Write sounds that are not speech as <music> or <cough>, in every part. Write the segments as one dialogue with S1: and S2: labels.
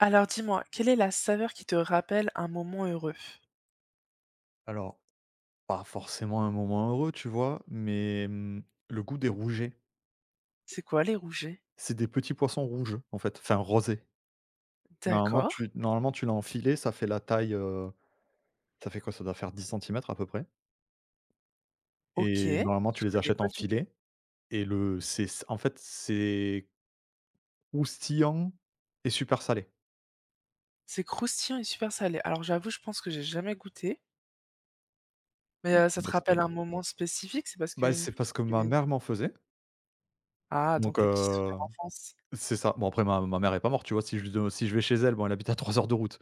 S1: Alors dis-moi, quelle est la saveur qui te rappelle un moment heureux?
S2: Alors, pas forcément un moment heureux, tu vois? Mais, mmh, le goût des rougets.
S1: C'est quoi? Les rougets?
S2: C'est des petits poissons rouges, en fait, enfin rosés. Normalement,
S1: D'accord,
S2: tu normalement, tu l'as en ça fait la taille, ça fait quoi? Ça doit faire 10 cm à peu près
S1: OK,
S2: et normalement, tu
S1: je
S2: les
S1: connais
S2: achètes en
S1: pas du tout.
S2: filet et le c'est en fait, c'est croustillant et super salé.
S1: C'est croustillant et super salé. Alors j'avoue, je pense que j'ai jamais goûté, mais,
S2: Bon,
S1: ça te
S2: bah, c'est
S1: rappelle un moment spécifique? C'est parce qu'une
S2: C'est parce que ma mère m'en faisait
S1: Ah,
S2: donc
S1: donc les petits souvenirs d'enfance.
S2: c'est ça. Bon après ma mère est pas morte, tu vois? Si je vais chez elle, bon, elle habite à 3 heures de route.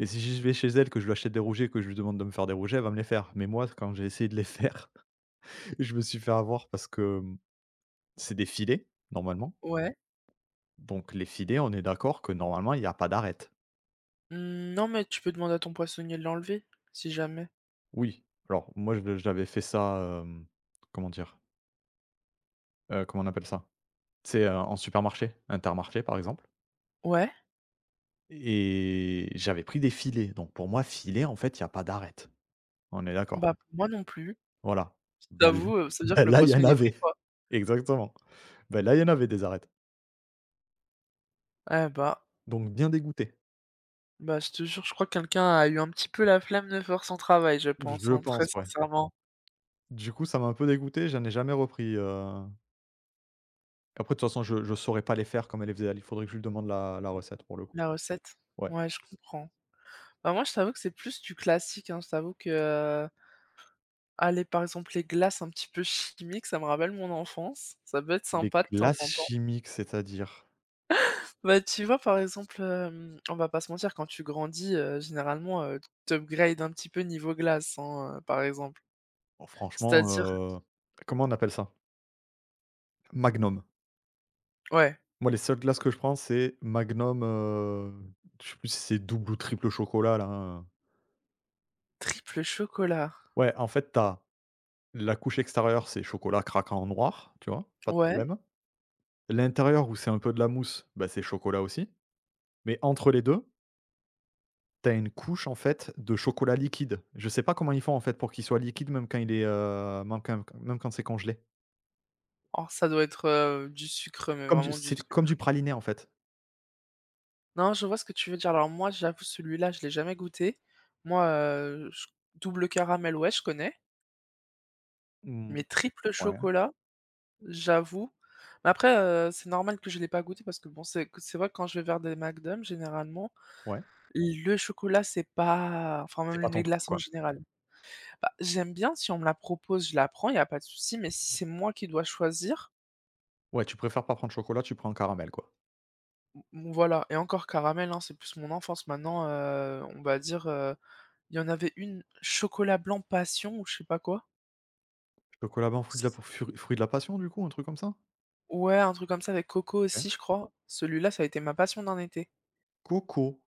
S2: Et si je vais chez elle, que je lui achète des rouges et que je lui demande de me faire des rouges, elle va me les faire. Mais moi, quand j'ai essayé de les faire, <laughs> je me suis fait avoir parce que, mmh, c'est des filets, normalement.
S1: Ouais.
S2: Donc les filets, on est d'accord que normalement, il y a pas d'arête.
S1: Mmh, non, mais tu peux demander à ton poissonnier de l'enlever, si jamais.
S2: Oui, alors moi, je j'avais fait ça, comment dire? Comment on appelle ça? C'est sais, en supermarché, Intermarché, par exemple
S1: Ouais,
S2: et j'avais pris des filets. Donc pour moi, filet, en fait, il y a pas d'arête. On est d'accord?
S1: bah, pour moi non plus.
S2: Voilà. Bah l
S1: T'avoue,
S2: <laughs>
S1: ça veut dire
S2: bah
S1: que le
S2: là, il y
S1: poisson,
S2: en
S1: il est pris,
S2: avait.
S1: quoi.
S2: Exactement. Bah là, il y en avait des arêtes.
S1: Eh bah,
S2: Donc bien dégoûté.
S1: je te jure, je crois que quelqu'un a eu un petit peu la flemme de faire son travail, je pense,
S2: Je
S1: hein, très
S2: pense, ouais.
S1: sincèrement.
S2: Du coup, ça m'a un peu dégoûté, j'en ai jamais repris, après de toute façon je saurais pas les faire comme elle les faisait elle, il faudrait que je lui demande la recette pour le coup.
S1: La recette?
S2: Ouais.
S1: Ouais, je comprends. Bah, moi, je t'avoue que c'est plus du classique, hein. Je t'avoue que, ah, par exemple, les glaces un petit peu chimiques, ça me rappelle mon enfance. Ça peut être
S2: Les
S1: sympa de temps
S2: glaces
S1: en temps.
S2: chimiques, c'est-à-dire?
S1: Bah, tu vois, par exemple, on va pas se mentir, quand tu grandis, généralement, tu t'upgrades un petit peu niveau glace, hein, par exemple.
S2: Oh franchement,
S1: C'est-à-dire,
S2: heu, comment on appelle ça? Magnum.
S1: ouais,
S2: Moi les seules glaces que je prends c'est Magnum, je sais plus si c'est double ou triple chocolat là, hein,
S1: triple chocolat.
S2: Ouais, en fait, t'as la couche extérieure, c'est chocolat craquant noir, tu vois? Pas de
S1: Ouais.
S2: problème. L'intérieur où c'est un peu de la mousse, bah, c'est chocolat aussi, mais entre les 2. T'as une couche en fait de chocolat liquide. Je sais pas comment ils font en fait pour qu'il soit liquide même quand il est, même quand c'est congelé.
S1: Alors ça doit être, du sucre, mais
S2: Comme du
S1: vraiment du
S2: c'est comme
S1: sucre.
S2: du praliné en fait.
S1: Non, je vois ce que tu veux dire. Alors moi, j'avoue, celui-là, je l'ai jamais goûté. Moi, j double caramel, ouais, je connais,
S2: Mmh,
S1: mais triple
S2: ouais,
S1: chocolat, j'avoue. Mais après, c'est normal que je l'ai pas goûté parce que bon, c'est vrai que quand je vais vers des McDonald's, généralement,
S2: ouais.
S1: le chocolat, c'est pas, enfin,
S2: C'est pas
S1: même les
S2: ton truc
S1: glaces en
S2: quoi.
S1: général. Bah, j'aime bien, si on me la propose, je la prends, il y a pas de souci, mais si c'est moi qui dois choisir,
S2: Ouais, tu préfères pas prendre chocolat, tu prends caramel quoi.
S1: m voilà, et encore caramel, hein, c'est plus mon enfance. Maintenant, on va dire, il y en avait une chocolat blanc passion ou je sais pas quoi.
S2: Chocolat blanc,
S1: C
S2: fruit de la passion du coup, un truc comme ça?
S1: Ouais, un truc comme ça avec coco
S2: OK.
S1: aussi, je crois. Celui-là, ça a été ma passion d'un été.
S2: Coco.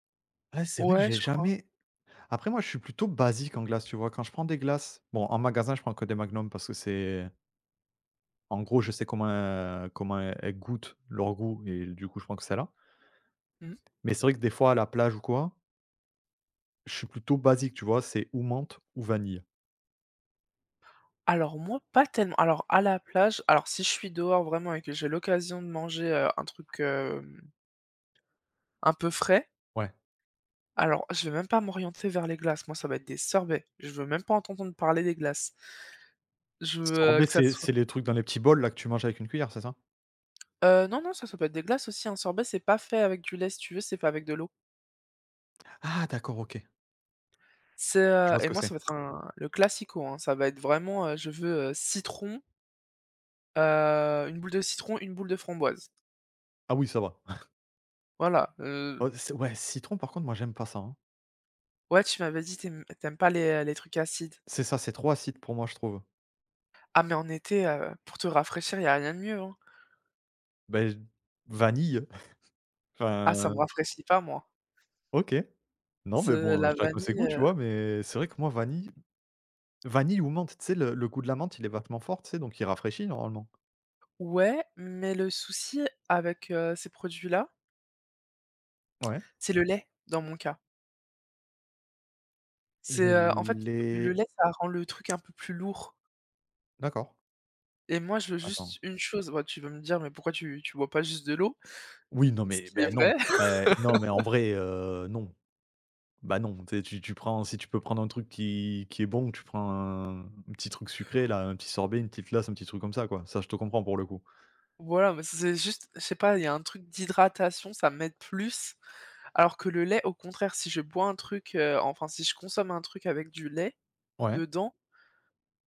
S2: Ouais, c'est vrai que
S1: Ouais,
S2: j'ai
S1: je crois.
S2: jamais après moi je suis plutôt basique en glace, tu vois? Quand je prends des glaces bon en magasin je prends que des Magnum parce que c'est en gros je sais comment, comment elles goûtent, leur goût et du coup je prends que celle là.
S1: Mmh.
S2: Mais c'est vrai que des fois à la plage ou quoi, je suis plutôt basique, tu vois? C'est ou menthe ou vanille.
S1: Alors moi, pas tellement. Alors à la plage, alors si je suis dehors vraiment et que j'ai l'occasion de manger, un truc, un peu frais,
S2: Ouais.
S1: alors je vais même pas m'orienter vers les glaces. Moi, ça va être des sorbets. Je veux même pas entendre parler des glaces. Je veux,
S2: Sorbet,
S1: que ça
S2: c'est
S1: soit…
S2: c'est les trucs dans les petits bols là que tu manges avec une cuillère, c'est ça?
S1: Non, non, ça peut être des glaces aussi. Un sorbet, c'est pas fait avec du lait, si tu veux, c'est fait avec de l'eau.
S2: Ah d'accord, OK.
S1: C'est,
S2: Je vois ce
S1: et
S2: que
S1: moi,
S2: c'est.
S1: ça va être un, le classico, hein. Ça va être vraiment, je veux, citron, une boule de citron, une boule de framboise.
S2: Ah oui, ça va. <laughs>
S1: Voilà,
S2: Oh c'est ouais, citron par contre, moi j'aime pas ça, hein.
S1: ouais, tu m'avais dit: t'aimes aimes pas les, trucs acides».
S2: C'est ça, c'est trop acide pour moi, je trouve.
S1: Ah, mais en été, pour te rafraîchir, il y a rien de mieux, hein.
S2: Ben, vanille, <laughs>
S1: Ah, ça
S2: enfin,
S1: me rafraîchit pas, moi.
S2: OK. Non, mais
S1: C'est
S2: bon,
S1: la
S2: chacun ses
S1: vanille,
S2: goûts, tu vois? Mais c'est vrai que moi vanille ou menthe, tu sais le goût de la menthe, il est vachement fort, tu sais? Donc il rafraîchit normalement.
S1: ouais, mais le souci avec, ces produits-là,
S2: Ouais.
S1: c'est le lait, dans mon cas. C'est, en fait,
S2: Le
S1: le
S2: lait
S1: lait, ça rend le truc un peu plus lourd,
S2: d'accord,
S1: et moi, je veux
S2: attends.
S1: juste une chose. Bah, tu vas me dire: «Mais pourquoi tu bois pas juste de l'eau?»
S2: Oui, non,
S1: Ce
S2: mais
S1: qui est
S2: ben non,
S1: vrai. <laughs>
S2: non, mais en vrai, non. Bah, non, tu sais, tu prends si tu peux prendre un truc qui est bon, tu prends un petit truc sucré là, un petit sorbet, une petite glace, un petit truc comme ça quoi. Ça, je te comprends pour le coup.
S1: Voilà, mais c'est juste, je sais pas, il y a un truc d'hydratation, ça m'aide plus. Alors que le lait, au contraire, si je bois un truc, enfin, si je consomme un truc avec du lait
S2: Ouais.
S1: dedans,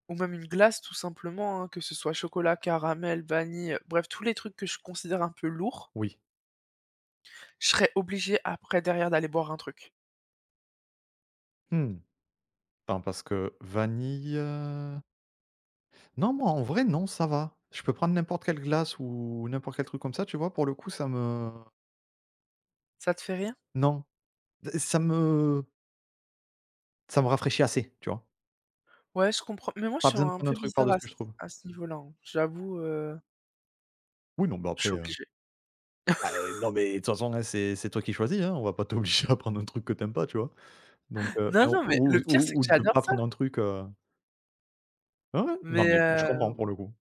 S1: ou même une glace tout simplement, hein, que ce soit chocolat, caramel, vanille, bref, tous les trucs que je considère un peu lourds,
S2: Oui.
S1: je serais obligée après derrière d'aller boire un truc.
S2: Mmh. Attends parce que vanille, non, moi, en vrai, non, ça va. Je peux prendre n'importe quelle glace ou n'importe quel truc comme ça, tu vois? Pour le coup, ça me
S1: Ça te fait rien?
S2: non, ça me ça me rafraîchit assez, tu vois?
S1: Ouais, je comprends, mais moi je
S2: Pas
S1: suis
S2: besoin de
S1: un
S2: prendre un
S1: peu
S2: truc
S1: bizarre
S2: par-dessus,
S1: à ce
S2: je trouve.
S1: à ce niveau-là, hein. J'avoue,
S2: Oui, non, bah,
S1: je
S2: après,
S1: suis obligée.
S2: Bah, non, mais de toute façon, hein, c'est toi qui choisis, hein. On va pas t'obliger à prendre un truc que t'aimes pas, tu vois? Donc
S1: Non,
S2: enfin,
S1: non, mais
S2: ou
S1: le pire c'est
S2: ou ou
S1: que
S2: de
S1: j'adore
S2: pas
S1: ça,
S2: prendre un truc, ouais, ouais, non,
S1: mais
S2: mais je comprends
S1: heu
S2: pour le coup.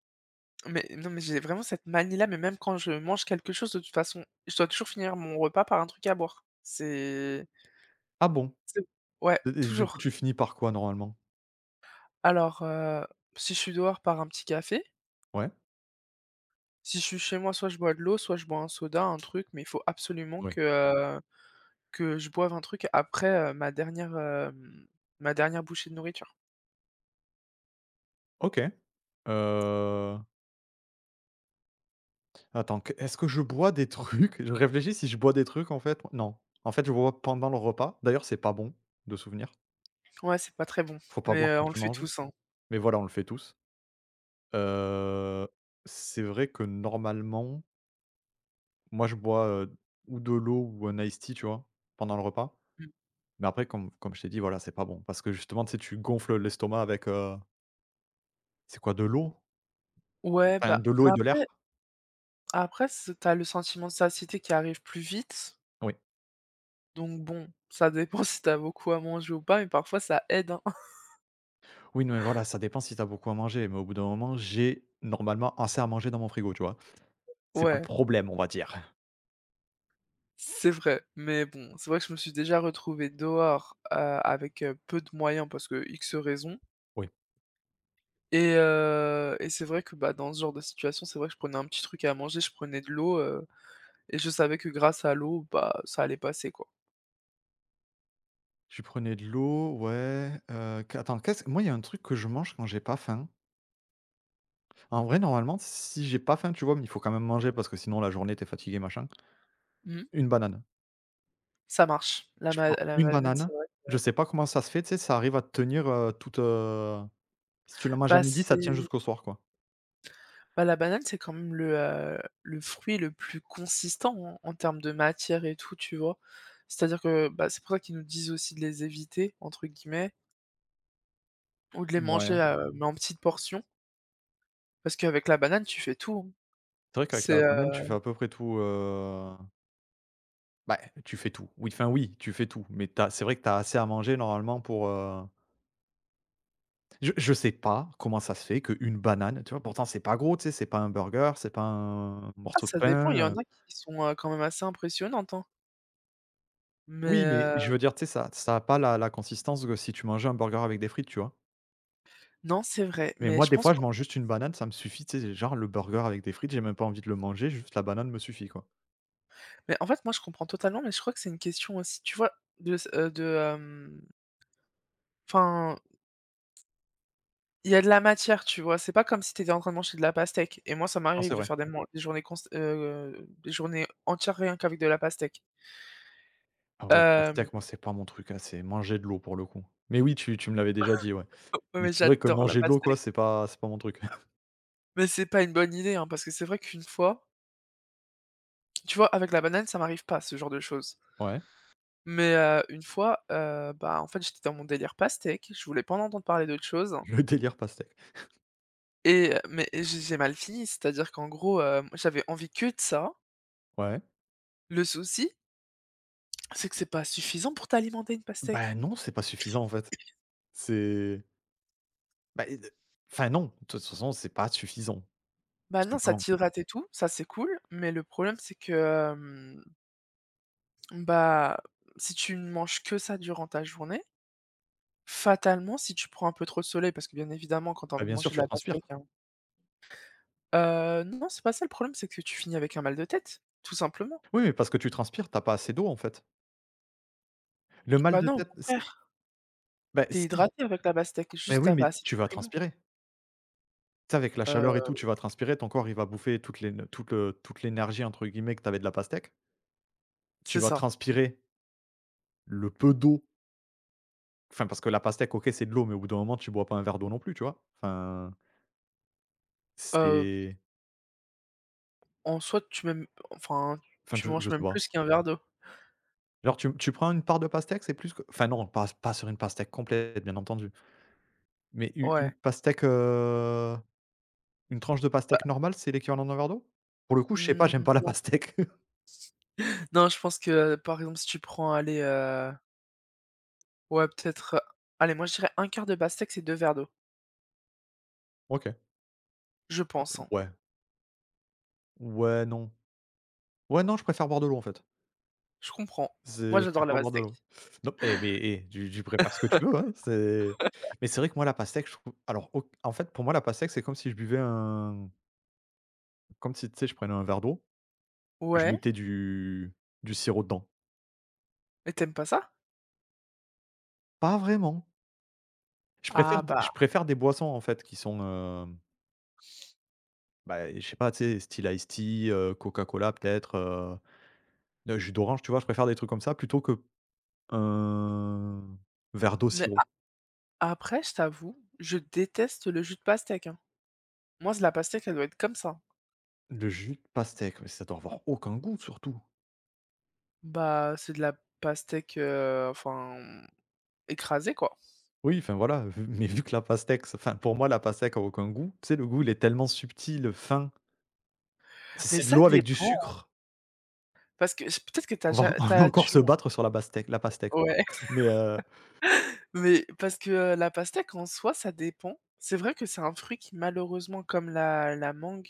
S1: Mais non, mais j'ai vraiment cette manie-là, mais même quand je mange quelque chose, de toute façon, je dois toujours finir mon repas par un truc à boire. C'est
S2: Ah bon?
S1: c'est ouais,
S2: Et du coup,
S1: toujours.
S2: tu finis par quoi normalement?
S1: Alors, si je suis dehors, par un petit café.
S2: Ouais?
S1: Si je suis chez moi, soit je bois de l'eau, soit je bois un soda, un truc, mais il faut absolument
S2: Oui.
S1: que je boive un truc après, ma dernière, ma dernière bouchée de nourriture.
S2: OK. Heu, attends, qu est-ce que je bois des trucs? Je réfléchis si je bois des trucs en fait. Non. En fait, je bois pendant le repas. D'ailleurs, c'est pas bon, de souvenir.
S1: Ouais, c'est pas très bon,
S2: Faut pas
S1: mais
S2: boire quand
S1: on le
S2: tu
S1: fait
S2: manges,
S1: tous, hein.
S2: mais voilà, on le fait tous. Heu, c'est vrai que normalement Moi, je bois, ou de l'eau ou un iced tea, tu vois? Pendant le repas.
S1: Mmh.
S2: Mais après, comme je t'ai dit, voilà, c'est pas bon parce que justement, tu sais, tu gonfles l'estomac avec, c'est quoi? De l'eau?
S1: Ouais,
S2: Enfin,
S1: bah,
S2: de l'eau
S1: mais
S2: et de l'air?
S1: après, ce tu le sentiment de satiété qui arrive plus vite.
S2: Oui.
S1: Donc bon, ça dépend <laughs> si t'as beaucoup à manger ou pas, mais parfois ça aide, hein. <laughs>
S2: Oui, non, mais voilà, ça dépend si t'as beaucoup à manger. Mais au bout d'un moment, j'ai normalement assez à manger dans mon frigo, tu vois? C'est pas le
S1: Ouais,
S2: problème, on va dire.
S1: c'est vrai, mais bon, c'est vrai que je me suis déjà retrouvée dehors, avec, peu de moyens parce que X raisons,
S2: Oui.
S1: et c'est vrai que, bah, dans ce genre de situation, c'est vrai que je prenais un petit truc à manger, je prenais de l'eau, et je savais que grâce à l'eau, bah, ça allait passer, quoi.
S2: Je prenais de l'eau, ouais, qu attends, qu'est-ce moi, il y a un truc que je mange quand j'ai pas faim. En vrai, normalement, si j'ai pas faim, tu vois? Mais il faut quand même manger parce que sinon la journée, t'es fatigué, machin.
S1: Mmh.
S2: Une banane.
S1: Ça marche. La
S2: Je
S1: ma
S2: prends
S1: la
S2: une
S1: madeleine,
S2: banane,
S1: c'est vrai.
S2: je sais pas comment ça se fait, tu sais, ça arrive à te tenir, toute, si tu la manges à
S1: Bah,
S2: midi, ça tient jusqu'au soir, quoi.
S1: La banane, c'est quand même le fruit le plus consistant en termes de matière et tout, tu vois? C'est-à-dire que, bah, c'est pour ça qu'ils nous disent aussi de «les éviter» entre guillemets ou de les
S2: Ouais
S1: manger, mais en petites portions, parce qu'avec la banane, tu fais tout, hein.
S2: c'est vrai qu'avec la
S1: C'est,
S2: banane, tu
S1: heu
S2: fais à peu près tout, bah, tu fais tout. Oui, enfin, oui, tu fais tout, mais t'as c'est vrai que tu as assez à manger normalement pour, je sais pas comment ça se fait qu'une banane, tu vois? Pourtant c'est pas gros, tu sais, c'est pas un burger, c'est pas un
S1: ah,
S2: morceau de
S1: ça
S2: pain,
S1: dépend, il y
S2: heu
S1: en a qui sont, quand même assez impressionnantes, hein,
S2: oui,
S1: mais,
S2: mais je veux dire, tu sais, ça a pas la consistance que si tu mangeais un burger avec des frites, tu vois?
S1: non, c'est vrai,
S2: Mais
S1: mais
S2: moi,
S1: je
S2: des
S1: pense
S2: fois, je
S1: qu'en
S2: mange juste une banane, ça me suffit, tu sais, genre, le burger avec des frites, j'ai même pas envie de le manger, juste la banane me suffit, quoi.
S1: mais en fait, moi, je comprends totalement, mais je crois que c'est une question aussi, tu vois, de s de, hem, enfin, il y a de la matière, tu vois? C'est pas comme si tu étais en train de manger de la pastèque et moi, ça
S2: Non, c'est
S1: m'arrive de
S2: vrai.
S1: faire des journées const des journées entières rien qu'avec de la pastèque.
S2: Ah ouais, un
S1: Hem,
S2: steak, moi, c'est pas mon truc, hein, c'est manger de l'eau pour le coup. Mais oui, tu me l'avais déjà dit, ouais.
S1: <laughs> ouais,
S2: Mais
S1: mais
S2: c'est vrai que
S1: j'adore la
S2: manger de l'eau, quoi,
S1: pastèque,
S2: c'est pas mon truc. <laughs>
S1: mais c'est pas une bonne idée, hein, parce que c'est vrai qu'une fois, tu vois, avec la banane, ça m'arrive pas, ce genre de choses,
S2: Ouais,
S1: mais une fois, bah, en fait, j'étais dans mon délire pastèque, je voulais pas en entendre parler d'autre chose,
S2: le délire pastèque.
S1: mais j'ai mal fini, c'est-à-dire qu'en gros, j'avais envie que de ça.
S2: Ouais.
S1: Le souci, c'est que c'est pas suffisant pour t'alimenter, une
S2: Ben
S1: pastèque.
S2: non, c'est pas suffisant, en fait. C'est bah, et enfin, non, de toute façon, c'est pas suffisant,
S1: Bah,
S2: tout
S1: non, ça
S2: simplement.
S1: t'hydrate et tout, ça c'est cool, mais le problème c'est que, hem, bah, si tu ne manges que ça durant ta journée, fatalement, si tu prends un peu trop de soleil, parce que bien évidemment quand t'as
S2: Bah,
S1: envie de
S2: bien sûr,
S1: manger de
S2: tu
S1: la
S2: transpires.
S1: pastèque, hein… Non, c'est pas ça le problème, c'est que tu finis avec un mal de tête, tout simplement.
S2: Oui, mais parce que tu transpires, t'as pas assez d'eau, en fait. Le mal
S1: Bah,
S2: de
S1: non, au
S2: tête, si,
S1: contraire,
S2: bah,
S1: t'es
S2: si,
S1: hydraté avec la pastèque,
S2: bah,
S1: juste
S2: oui,
S1: tu
S2: mais
S1: pas assez
S2: tu vas
S1: de nutriments.
S2: transpirer. Tu sais, avec la
S1: Heu,
S2: chaleur et tout, tu vas transpirer, ton corps, il va bouffer toute «l'énergie» entre guillemets que tu avais de la pastèque. Tu
S1: c'est
S2: vas
S1: ça.
S2: transpirer le peu d'eau, enfin, parce que la pastèque, OK, c'est de l'eau, mais au bout d'un moment, tu bois pas un verre d'eau non plus, tu vois?
S1: Heu,
S2: C'est
S1: en soi, tu même, enfin, tu
S2: je
S1: manges
S2: sais
S1: même
S2: pas.
S1: plus qu'un verre d'eau.
S2: Genre tu prends une part de pastèque, c'est plus que enfin non, pas sur une pastèque complète, bien entendu, mais u une
S1: Ouais.
S2: pastèque, une tranche de
S1: Bah,
S2: pastèque normale, c'est l'équivalent d'un verre d'eau? Pour le coup, je sais pas,
S1: mmh,
S2: j'aime pas la
S1: non.
S2: pastèque. <laughs>
S1: Non, je pense que, par exemple, si tu prends, allez, ouais, peut-être, allez, moi, je dirais un quart de pastèque et 2 verres d'eau,
S2: OK.
S1: je pense, hein.
S2: Ouais. Ouais, non. Ouais, non, je préfère boire de l'eau, en fait.
S1: Je comprends.
S2: C'est
S1: Moi,
S2: je
S1: j'adore la
S2: préfère boire de
S1: pastèque.
S2: l'eau. Non, tu préfères ce que tu veux,
S1: <laughs>
S2: hein, c'est mais c'est vrai que moi, la pastèque, je trouve alors au en fait, pour moi, la pastèque, c'est comme si je buvais un comme si, tu sais, je prenais un verre d'eau, que je
S1: Ouais,
S2: mettais du sirop dedans.
S1: mais t'aimes pas ça?
S2: Pas vraiment.
S1: Ah bah,
S2: Je préfère des boissons, en fait, qui sont, bah, je sais pas, tu sais, style iced tea, Coca-Cola peut-être, le jus d'orange, tu vois? Je préfère des trucs comme ça plutôt que un verre d'eau
S1: mais
S2: sirop.
S1: a après, je t'avoue, je déteste le jus de pastèque, hein. Moi, c'est la pastèque, elle doit être comme ça.
S2: Le jus de pastèque, mais ça doit avoir aucun goût surtout.
S1: Bah, c'est de la pastèque, enfin, écrasée, quoi.
S2: Oui, enfin voilà, vu que la pastèque, c'est enfin pour moi la pastèque a aucun goût. Tu sais, le goût il est tellement subtil, fin, c'est
S1: Mais
S2: c'est de
S1: ça
S2: l'eau avec du
S1: dépend,
S2: sucre.
S1: parce que j peut-être que t'as as
S2: On va <laughs> on va
S1: ja
S2: encore
S1: tu tu
S2: se battre sur la pastèque,
S1: ouais,
S2: Mais
S1: <laughs> mais parce que, la pastèque, en soi, ça dépend. C'est vrai que c'est un fruit qui, malheureusement, comme la mangue…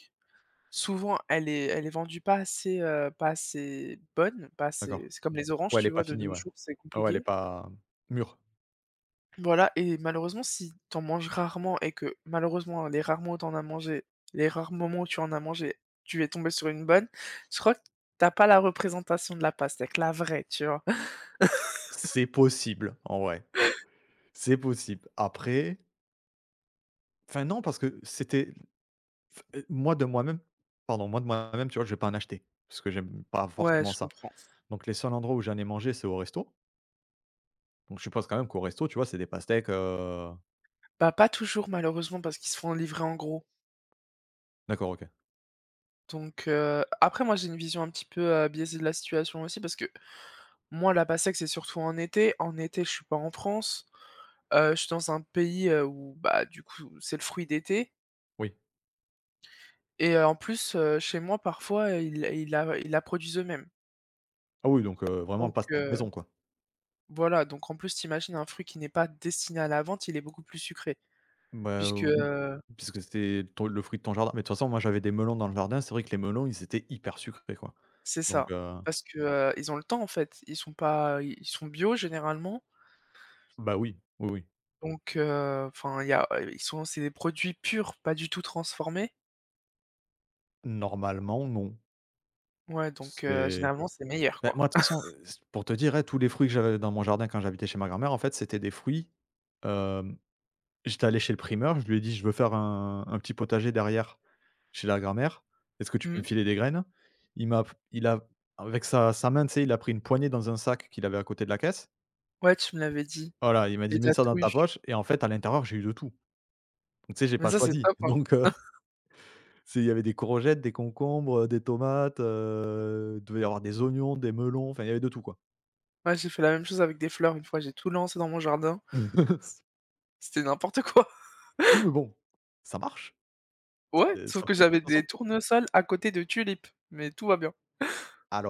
S1: Souvent, elle est vendue pas assez, pas assez bonne, pas assez…
S2: d'accord.
S1: c'est comme les oranges,
S2: Ouais, elle est
S1: tu
S2: pas
S1: vois? De
S2: finie,
S1: nos
S2: ouais.
S1: jours, c'est
S2: Ah Ouais, elle est
S1: compliqué.
S2: pas mûre.
S1: Voilà, et malheureusement, si t'en manges rarement et que malheureusement, les rares mois où t'en as mangé, les rares moments où tu en as mangé, tu es tombé sur une bonne, je crois que t'as pas la représentation de la pastèque, la vraie, tu vois? <laughs>
S2: C'est possible, en vrai, c'est possible. Après, enfin non parce que c'était f moi de moi-même pardon, moi de moi-même, tu vois, je vais pas en acheter, parce que j'aime pas
S1: Ouais,
S2: forcément
S1: je
S2: ça.
S1: comprends.
S2: Donc les seuls endroits où j'en ai mangé, c'est au resto. Donc je suppose quand même qu'au resto, tu vois, c'est des pastèques,
S1: Bah, pas toujours malheureusement parce qu'ils se font livrer en gros.
S2: d'accord, OK.
S1: Donc après moi, j'ai une vision un petit peu, biaisée de la situation aussi parce que… Moi, la Passek, c'est surtout en été. En été, je suis pas en France. Je suis dans un pays, où, bah, du coup, c'est le fruit d'été,
S2: Oui.
S1: en plus, chez moi, parfois, ils la produisent eux-mêmes.
S2: Ah oui, donc vraiment
S1: Donc
S2: pas snack maison, quoi?
S1: voilà, donc en plus, t'imagines un fruit qui n'est pas destiné à la vente, il est beaucoup plus sucré,
S2: Bah,
S1: puisque…
S2: oui, puisque c'était ton le fruit de ton jardin. Mais de toute façon, moi, j'avais des melons dans le jardin, c'est vrai que les melons, ils étaient hyper sucrés, quoi.
S1: C'est
S2: Donc
S1: ça, parce que, ils ont le temps, en fait. Ils sont pas, ils sont bio généralement,
S2: bah, oui, oui, oui.
S1: donc enfin, il y a ils sont… c'est des produits purs, pas du tout transformés.
S2: Normalement, non.
S1: Ouais, donc
S2: C'est
S1: généralement, c'est meilleur, quoi.
S2: moi, de toute façon, c pour te dire, hein, tous les fruits que j'avais dans mon jardin quand j'habitais chez ma grand-mère, en fait, c'était des fruits, hem, j'étais allé chez le primeur, je lui ai dit: «Je veux faire un petit potager derrière». Chez la grand-mère. Est-ce que tu peux
S1: Mmh.
S2: me filer des graines? Il m'a il a avec sa main, tu sais, il a pris une poignée dans un sac qu'il avait à côté de la caisse.
S1: Ouais, tu me l'avais dit,
S2: Voilà, il m'a
S1: les
S2: dit: «Mets ça dans ta
S1: tatouages.
S2: poche» et en fait, à l'intérieur, j'ai eu de tout. Donc tu sais, j'ai
S1: Mais
S2: pas
S1: ça, c'est
S2: choisi.
S1: top,
S2: <laughs>
S1: hein.
S2: Donc
S1: <laughs>
S2: c'est il y avait des courgettes, des concombres, des tomates, il devait y avoir des oignons, des melons, enfin, il y avait de tout, quoi.
S1: Ouais, j'ai fait la même chose avec des fleurs, une fois, j'ai tout lancé dans mon jardin. C
S2: <laughs>
S1: c'était n'importe quoi. <laughs>
S2: Oui, mais bon, ça marche,
S1: Ouais, sauf
S2: ça
S1: que
S2: pousse, hein, de
S1: j'avais
S2: toute façon.
S1: des tournesols à côté de tulipes, mais tout va bien.
S2: Alors